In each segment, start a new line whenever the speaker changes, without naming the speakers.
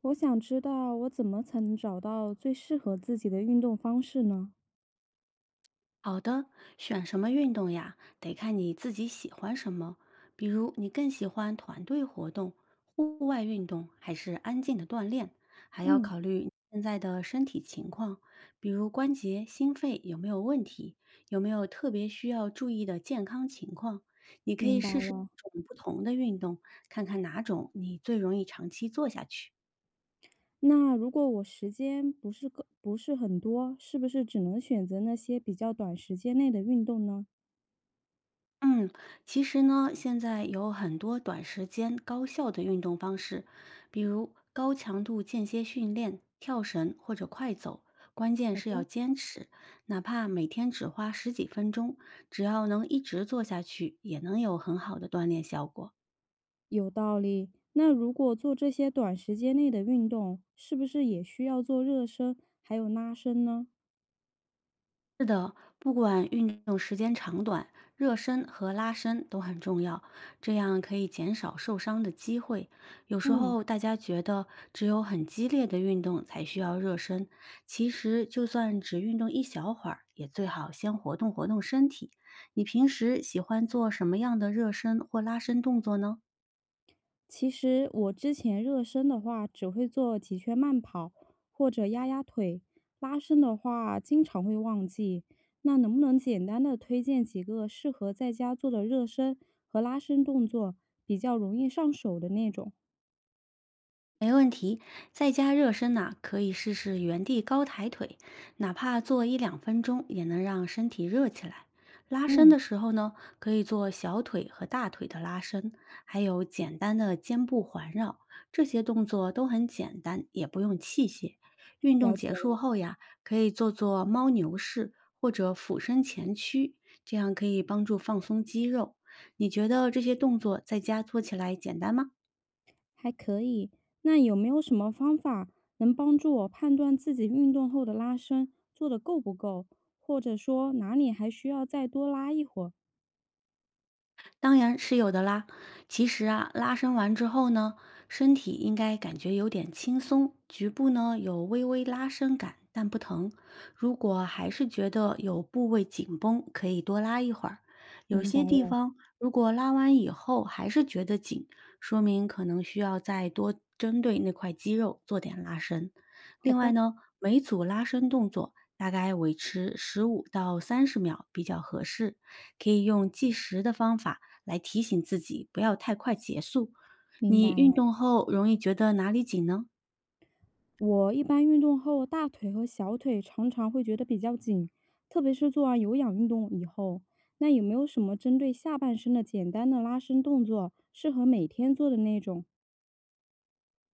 我想知道我怎么才能找到最适合自己的运动方式呢？
好的，选什么运动呀，得看你自己喜欢什么。比如，你更喜欢团队活动、户外运动，还是安静的锻炼？还要
嗯，
考虑你现在的身体情况，比如关节、心肺有没有问题，有没有特别需要注意的健康情况。你可
明
以
白
试试
了。
一种不同的运动，看看哪种你最容易长期做下去。
那如果我时间不是个不是很多，是不是只能选择那些比较短时间内的运动呢？
嗯，其实呢，现在有很多短时间高效的运动方式，比如高强度间歇训练、跳绳或者快走，关键
好
是要
的，
坚持，哪怕每天只花10几分钟，只要能一直做下去，也能有很好的锻炼效果。
有道理。那如果做这些短时间内的运动，是不是也需要做热身还有拉伸呢？
是的，不管运动时间长短，热身和拉伸都很重要，这样可以减少受伤的机会。有时
嗯。
候大家觉得只有很激烈的运动才需要热身，其实就算只运动一小会儿，也最好先活动活动身体。你平时喜欢做什么样的热身或拉伸动作呢？
其实我之前热身的话，只会做几圈慢跑或者压压腿，拉伸的话经常会忘记。那能不能简单的推荐几个适合在家做的热身和拉伸动作，比较容易上手的那种？
没问题，在家热身呐、可以试试原地高抬腿，哪怕做一两分钟，也能让身体热起来。拉伸
嗯，
的时候呢，可以做小腿和大腿的拉伸，还有简单的肩部环绕，这些动作都很简单，也不用器械。运动
了解
结束
了，
后呀，可以做做猫牛式或者俯身前屈，这样可以帮助放松肌肉。你觉得这些动作在家做起来简单吗？
还可以。那有没有什么方法能帮助我判断自己运动后的拉伸做的够不够，或者说哪里还需要再多拉一会儿？
当然是有的啦。其实啊，拉伸完之后呢，身体应该感觉有点轻松，局部呢有微微拉伸感，但不疼。如果还是觉得有部位紧绷，可以多拉一会儿。有
明白
些地
了，
方如果拉完以后还是觉得紧，说明可能需要再多针对那块肌肉做点拉伸。
好
另外
的，
呢，每组拉伸动作大概维持15到30秒比较合适，可以用计时的方法。来提醒自己不要太快结束。
明
你
白
运
了。
动后容易觉得哪里紧呢？
我一般运动后，大腿和小腿常常会觉得比较紧，特别是做完有氧运动以后。那有没有什么针对下半身的简单的拉伸动作，适合每天做的那种？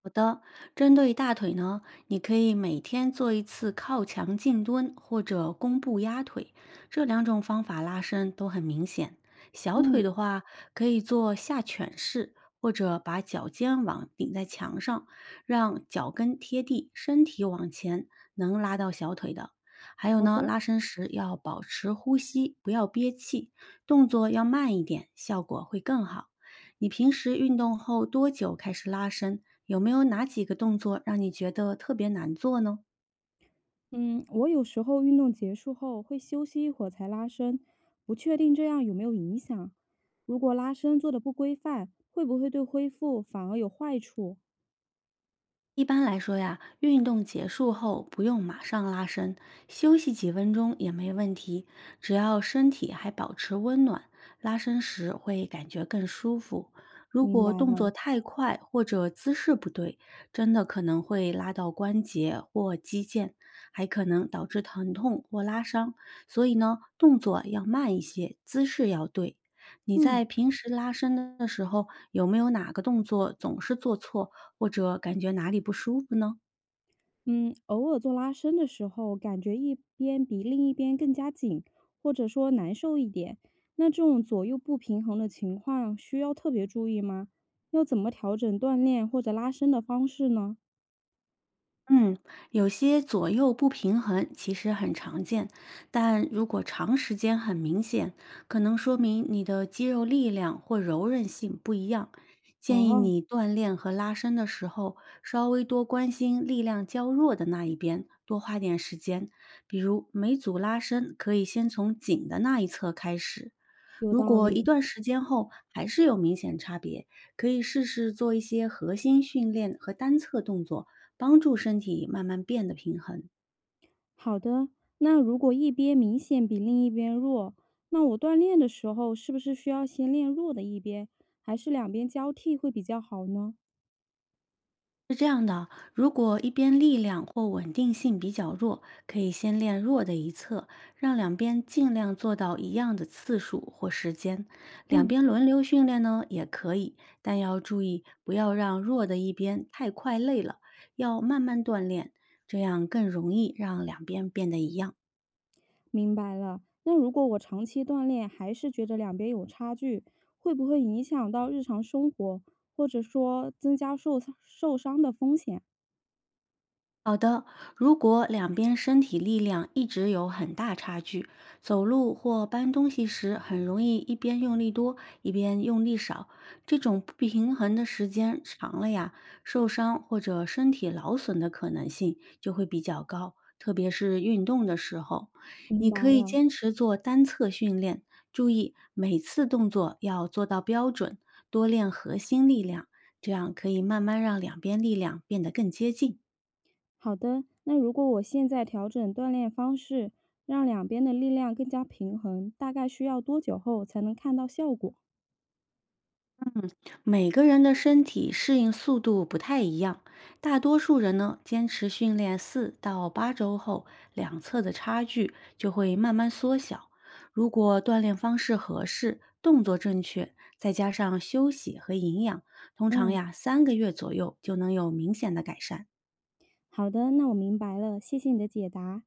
好的，针对大腿呢，你可以每天做一次靠墙静蹲或者弓步压腿，这两种方法拉伸都很明显。小腿
嗯，
的话，可以做下犬式，或者把脚尖往顶在墙上，让脚跟贴地，身体往前，能拉到小腿的。还有
好
呢，
的。
拉伸时要保持呼吸，不要憋气，动作要慢一点，效果会更好。你平时运动后多久开始拉伸？有没有哪几个动作让你觉得特别难做呢？
嗯，我有时候运动结束后会休息一会儿才拉伸，不确定这样有没有影响。如果拉伸做的不规范，会不会对恢复反而有坏处？
一般来说呀，运动结束后不用马上拉伸，休息几分钟也没问题，只要身体还保持温暖，拉伸时会感觉更舒服。如
明
果
白
动
了。
作太快或者姿势不对，真的可能会拉到关节或肌腱，还可能导致疼痛或拉伤。所以呢，动作要慢一些，姿势要对。你
嗯。
在平时拉伸的时候，有没有哪个动作总是做错？或者感觉哪里不舒服呢？
嗯，偶尔做拉伸的时候，感觉一边比另一边更加紧，或者说难受一点。那这种左右不平衡的情况，需要特别注意吗？要怎么调整锻炼或者拉伸的方式呢？
嗯，有些左右不平衡其实很常见，但如果长时间很明显，可能说明你的肌肉力量或柔韧性不一样。建议
哦，
你锻炼和拉伸的时候，稍微多关心力量较弱的那一边，多花点时间。比如每组拉伸可以先从紧的那一侧开始。
有
如
道
果一
理。
段时间后还是有明显差别，可以试试做一些核心训练和单侧动作。帮助身体慢慢变得平衡。
好的，那如果一边明显比另一边弱，那我锻炼的时候是不是需要先练弱的一边，还是两边交替会比较好呢？
是这样的，如果一边力量或稳定性比较弱，可以先练弱的一侧，让两边尽量做到一样的次数或时间。两
嗯。
边轮流训练呢也可以，但要注意不要让弱的一边太快累了，要慢慢锻炼，这样更容易让两边变得一样。
明白了。那如果我长期锻炼，还是觉得两边有差距，会不会影响到日常生活，或者说增加受伤的风险？
好的，如果两边身体力量一直有很大差距，走路或搬东西时很容易一边用力多，一边用力少，这种不平衡的时间长了呀，受伤或者身体劳损的可能性就会比较高，特别是运动的时候，
明
你
白
可以
了。
坚持做单侧训练，注意每次动作要做到标准，多练核心力量，这样可以慢慢让两边力量变得更接近。
好的，那如果我现在调整锻炼方式，让两边的力量更加平衡，大概需要多久后才能看到效果？
每个人的身体适应速度不太一样，大多数人呢，坚持训练4到8周后，两侧的差距就会慢慢缩小。如果锻炼方式合适，动作正确，再加上休息和营养，通常
嗯，
呀，3个月左右就能有明显的改善。
好的，那我明白了，谢谢你的解答。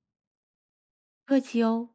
客气哦。